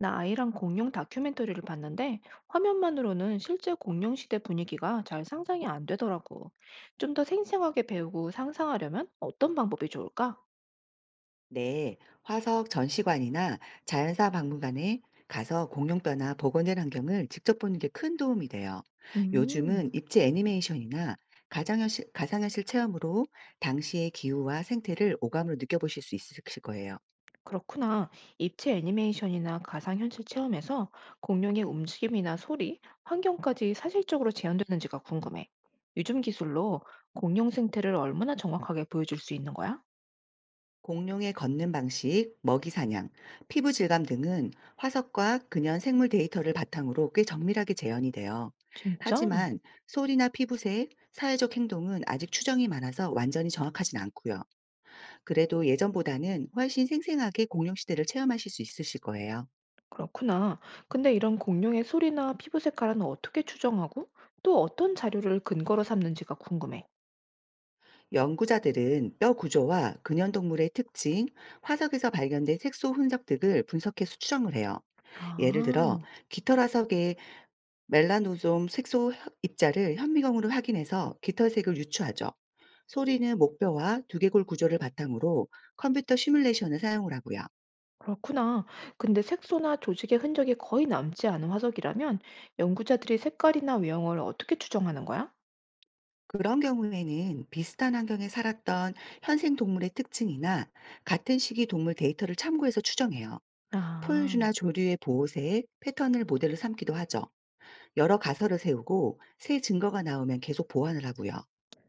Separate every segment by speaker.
Speaker 1: 나 아이랑 공룡 다큐멘터리를 봤는데 화면만으로는 실제 공룡 시대 분위기가 잘 상상이 안 되더라고. 좀 더 생생하게 배우고 상상하려면 어떤 방법이 좋을까?
Speaker 2: 네, 화석 전시관이나 자연사 박물관에 가서 공룡뼈나 복원된 환경을 직접 보는 게 큰 도움이 돼요.
Speaker 1: 음,
Speaker 2: 요즘은 입체 애니메이션이나 가상현실 체험으로 당시의 기후와 생태를 오감으로 느껴보실 수 있으실 거예요.
Speaker 1: 그렇구나. 입체 애니메이션이나 가상현실 체험에서 공룡의 움직임이나 소리, 환경까지 사실적으로 재현되는지가 궁금해. 요즘 기술로 공룡 생태를 얼마나 정확하게 보여줄 수 있는 거야?
Speaker 2: 공룡의 걷는 방식, 먹이 사냥, 피부 질감 등은 화석과 근현 생물 데이터를 바탕으로 꽤 정밀하게 재현이 돼요.
Speaker 1: 진짜?
Speaker 2: 하지만 소리나 피부색, 사회적 행동은 아직 추정이 많아서 완전히 정확하진 않고요. 그래도 예전보다는 훨씬 생생하게 공룡 시대를 체험하실 수 있으실 거예요.
Speaker 1: 그렇구나. 근데 이런 공룡의 소리나 피부 색깔은 어떻게 추정하고 또 어떤 자료를 근거로 삼는지가 궁금해.
Speaker 2: 연구자들은 뼈 구조와 근현동물의 특징, 화석에서 발견된 색소 흔적 등을 분석해서 추정을 해요. 예를
Speaker 1: 아,
Speaker 2: 들어 깃털 화석의 멜라노좀 색소 입자를 현미경으로 확인해서 깃털색을 유추하죠. 소리는 목뼈와 두개골 구조를 바탕으로 컴퓨터 시뮬레이션을 사용을 하고요.
Speaker 1: 그렇구나. 근데 색소나 조직의 흔적이 거의 남지 않은 화석이라면 연구자들이 색깔이나 외형을 어떻게 추정하는 거야?
Speaker 2: 그런 경우에는 비슷한 환경에 살았던 현생 동물의 특징이나 같은 시기 동물 데이터를 참고해서 추정해요.
Speaker 1: 아.
Speaker 2: 포유류나 조류의 보호색, 패턴을 모델로 삼기도 하죠. 여러 가설을 세우고 새 증거가 나오면 계속 보완을 하고요.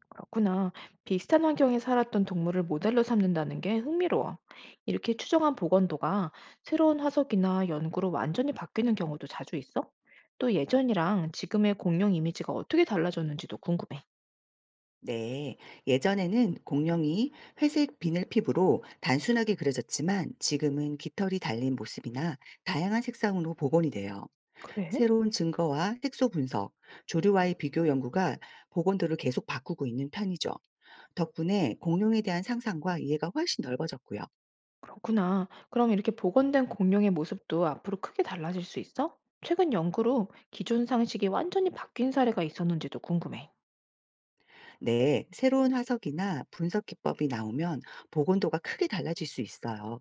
Speaker 1: 그렇구나. 비슷한 환경에 살았던 동물을 모델로 삼는다는 게 흥미로워. 이렇게 추정한 복원도가 새로운 화석이나 연구로 완전히 바뀌는 경우도 자주 있어? 또 예전이랑 지금의 공룡 이미지가 어떻게 달라졌는지도 궁금해.
Speaker 2: 네, 예전에는 공룡이 회색 비늘 피부로 단순하게 그려졌지만 지금은 깃털이 달린 모습이나 다양한 색상으로 복원이 돼요.
Speaker 1: 그래?
Speaker 2: 새로운 증거와 색소 분석, 조류와의 비교 연구가 보건도를 계속 바꾸고 있는 편이죠. 덕분에 공룡에 대한 상상과 이해가 훨씬 넓어졌고요.
Speaker 1: 그렇구나. 그럼 이렇게 복원된 공룡의 모습도 앞으로 크게 달라질 수 있어? 최근 연구로 기존 상식이 완전히 바뀐 사례가 있었는지도 궁금해.
Speaker 2: 네, 새로운 화석이나 분석 기법이 나오면 보건도가 크게 달라질 수 있어요.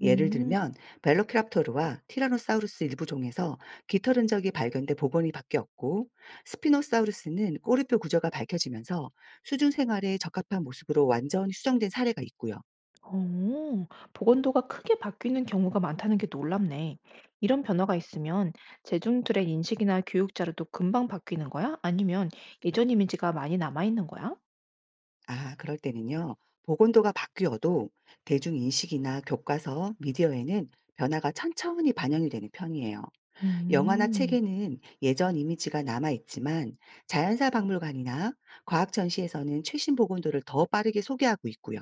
Speaker 2: 예를
Speaker 1: 음.
Speaker 2: 들면 벨로키랍토르와 티라노사우루스 일부 종에서 깃털 흔적이 발견돼 복원이 바뀌었고 스피노사우루스는 꼬리뼈 구조가 밝혀지면서 수중 생활에 적합한 모습으로 완전히 수정된 사례가 있고요.
Speaker 1: 어, 보건도가 크게 바뀌는 경우가 많다는 게 놀랍네. 이런 변화가 있으면 대중들의 인식이나 교육 자료도 금방 바뀌는 거야? 아니면 예전 이미지가 많이 남아있는 거야?
Speaker 2: 아, 그럴 때는요. 보건도가 바뀌어도 대중인식이나 교과서, 미디어에는 변화가 천천히 반영이 되는 편이에요. 영화나
Speaker 1: 음,
Speaker 2: 책에는 예전 이미지가 남아있지만 자연사 박물관이나 과학 전시에서는 최신 보건도를 더 빠르게 소개하고 있고요.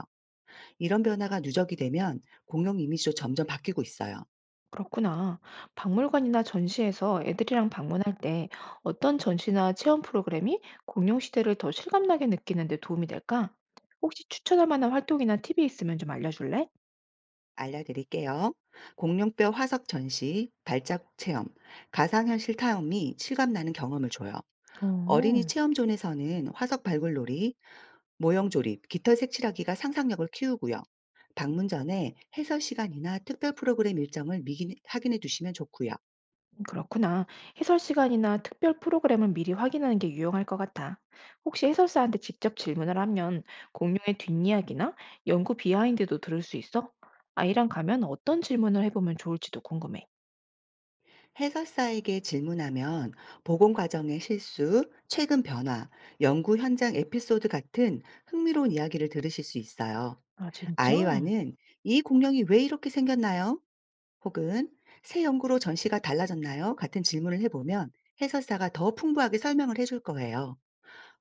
Speaker 2: 이런 변화가 누적이 되면 공룡 이미지도 점점 바뀌고 있어요.
Speaker 1: 그렇구나. 박물관이나 전시에서 애들이랑 방문할 때 어떤 전시나 체험 프로그램이 공룡 시대를 더 실감나게 느끼는 데 도움이 될까? 혹시 추천할 만한 활동이나 팁이 있으면 좀 알려줄래?
Speaker 2: 알려드릴게요. 공룡뼈 화석 전시, 발자국 체험, 가상현실 타험이 실감나는 경험을 줘요. 어린이
Speaker 1: 어.
Speaker 2: 체험존에서는 화석 발굴놀이, 모형 조립, 깃털 색칠하기가 상상력을 키우고요. 방문 전에 해설 시간이나 특별 프로그램 일정을 확인해 두시면 좋고요.
Speaker 1: 그렇구나. 해설 시간이나 특별 프로그램을 미리 확인하는 게 유용할 것 같아. 혹시 해설사한테 직접 질문을 하면 공룡의 뒷이야기나 연구 비하인드도 들을 수 있어? 아이랑 가면 어떤 질문을 해보면 좋을지도 궁금해.
Speaker 2: 해설사에게 질문하면 보건 과정의 실수, 최근 변화, 연구 현장 에피소드 같은 흥미로운 이야기를 들으실 수 있어요.
Speaker 1: 아, 진짜?
Speaker 2: 아이와는 "이 공룡이 왜 이렇게 생겼나요?" 혹은 "새 연구로 전시가 달라졌나요?" 같은 질문을 해보면 해설사가 더 풍부하게 설명을 해줄 거예요.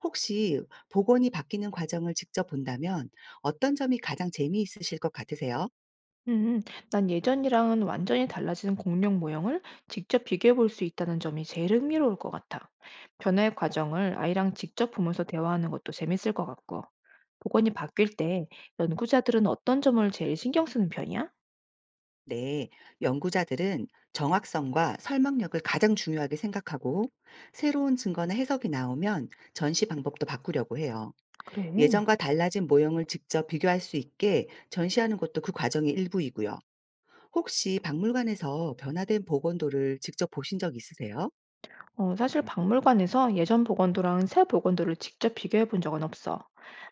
Speaker 2: 혹시 복원이 바뀌는 과정을 직접 본다면 어떤 점이 가장 재미있으실 것 같으세요?
Speaker 1: 음, 난 예전이랑은 완전히 달라진 공룡 모형을 직접 비교해 볼 수 있다는 점이 제일 흥미로울 것 같아. 변화의 과정을 아이랑 직접 보면서 대화하는 것도 재밌을 것 같고. 복원이 바뀔 때 연구자들은 어떤 점을 제일 신경 쓰는 편이야?
Speaker 2: 네, 연구자들은 정확성과 설명력을 가장 중요하게 생각하고 새로운 증거나 해석이 나오면 전시 방법도 바꾸려고 해요.
Speaker 1: 그래.
Speaker 2: 예전과 달라진 모형을 직접 비교할 수 있게 전시하는 것도 그 과정의 일부이고요. 혹시 박물관에서 변화된 복원도를 직접 보신 적 있으세요?
Speaker 1: 어, 사실 박물관에서 예전 보건도랑 새 보건도를 직접 비교해 본 적은 없어.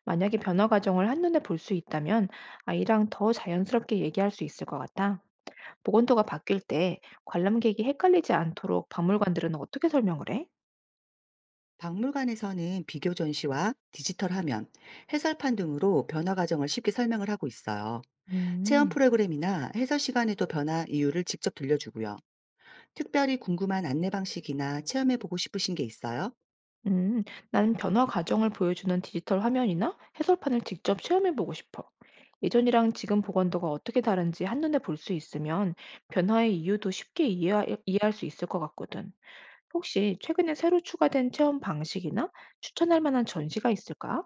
Speaker 1: 만약에 변화 과정을 한눈에 볼 수 있다면 아이랑 더 자연스럽게 얘기할 수 있을 것 같아. 보건도가 바뀔 때 관람객이 헷갈리지 않도록 박물관들은 어떻게 설명을 해?
Speaker 2: 박물관에서는 비교 전시와 디지털 화면, 해설판 등으로 변화 과정을 쉽게 설명을 하고 있어요. 체험
Speaker 1: 음,
Speaker 2: 프로그램이나 해설 시간에도 변화 이유를 직접 들려주고요. 특별히 궁금한 안내 방식이나 체험해보고 싶으신 게 있어요?
Speaker 1: 음, 나는 변화 과정을 보여주는 디지털 화면이나 해설판을 직접 체험해 보고 싶어. 예전이랑 지금 보건도가 어떻게 다른지 한눈에 볼 수 있으면 변화의 이유도 쉽게 이해할 수 있을 것 같거든. 혹시 최근에 새로 추가된 체험 방식이나 추천할 만한 전시가 있을까?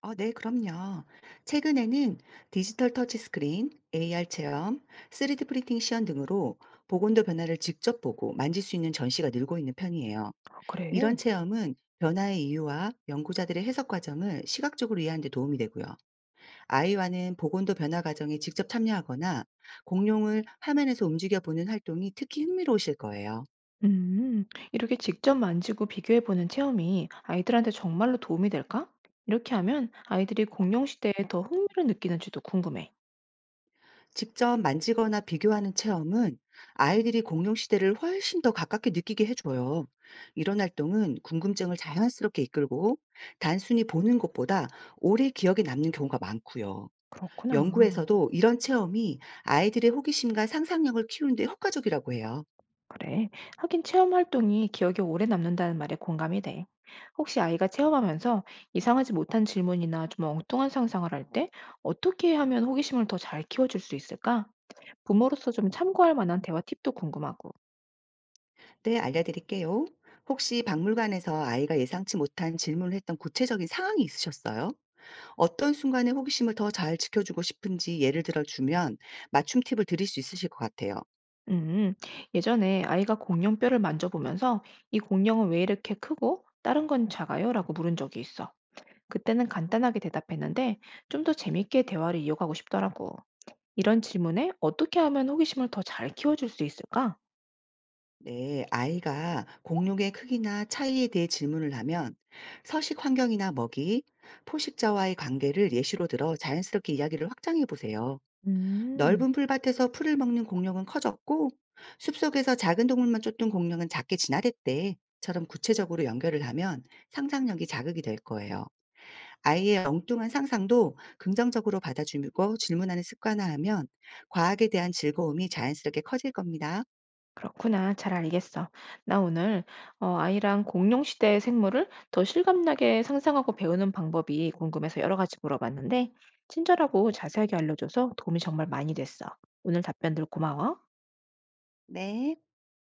Speaker 2: 네, 그럼요. 최근에는 디지털 터치 스크린, AR 체험, 3D 프린팅 시연 등으로 보건도 변화를 직접 보고 만질 수 있는 전시가 늘고 있는 편이에요.
Speaker 1: 아, 그래.
Speaker 2: 이런 체험은 변화의 이유와 연구자들의 해석 과정을 시각적으로 이해하는 데 도움이 되고요. 아이와는 보건도 변화 과정에 직접 참여하거나 공룡을 화면에서 움직여 보는 활동이 특히 흥미로우실 거예요.
Speaker 1: 음, 이렇게 직접 만지고 비교해보는 체험이 아이들한테 정말로 도움이 될까? 이렇게 하면 아이들이 공룡 시대에 더 흥미를 느끼는지도 궁금해.
Speaker 2: 직접 만지거나 비교하는 체험은 아이들이 공룡 시대를 훨씬 더 가깝게 느끼게 해줘요. 이런 활동은 궁금증을 자연스럽게 이끌고 단순히 보는 것보다 오래 기억에 남는 경우가 많고요.
Speaker 1: 그렇구나.
Speaker 2: 연구에서도 이런 체험이 아이들의 호기심과 상상력을 키우는데 효과적이라고 해요.
Speaker 1: 그래. 하긴 체험 활동이 기억에 오래 남는다는 말에 공감이 돼. 혹시 아이가 체험하면서 이상하지 못한 질문이나 좀 엉뚱한 상상을 할 때 어떻게 하면 호기심을 더 잘 키워줄 수 있을까? 부모로서 좀 참고할 만한 대화 팁도 궁금하고.
Speaker 2: 네, 알려드릴게요. 혹시 박물관에서 아이가 예상치 못한 질문을 했던 구체적인 상황이 있으셨어요? 어떤 순간에 호기심을 더 잘 지켜주고 싶은지 예를 들어주면 맞춤 팁을 드릴 수 있으실 것 같아요.
Speaker 1: 음, 예전에 아이가 공룡뼈를 만져보면서 이 공룡은 왜 이렇게 크고 다른 건 작아요? 라고 물은 적이 있어. 그때는 간단하게 대답했는데 좀 더 재밌게 대화를 이어가고 싶더라고. 이런 질문에 어떻게 하면 호기심을 더 잘 키워줄 수 있을까?
Speaker 2: 네, 아이가 공룡의 크기나 차이에 대해 질문을 하면 서식 환경이나 먹이, 포식자와의 관계를 예시로 들어 자연스럽게 이야기를 확장해 보세요.
Speaker 1: 음.
Speaker 2: "넓은 풀밭에서 풀을 먹는 공룡은 커졌고 숲속에서 작은 동물만 쫓던 공룡은 작게 진화됐대." 처럼 구체적으로 연결을 하면 상상력이 자극이 될 거예요. 아이의 엉뚱한 상상도 긍정적으로 받아주고 질문하는 습관화하면 과학에 대한 즐거움이 자연스럽게 커질 겁니다.
Speaker 1: 그렇구나. 잘 알겠어. 나 오늘 아이랑 공룡 시대의 생물을 더 실감나게 상상하고 배우는 방법이 궁금해서 여러 가지 물어봤는데, 친절하고 자세하게 알려줘서 도움이 정말 많이 됐어. 오늘 답변들 고마워.
Speaker 2: 네.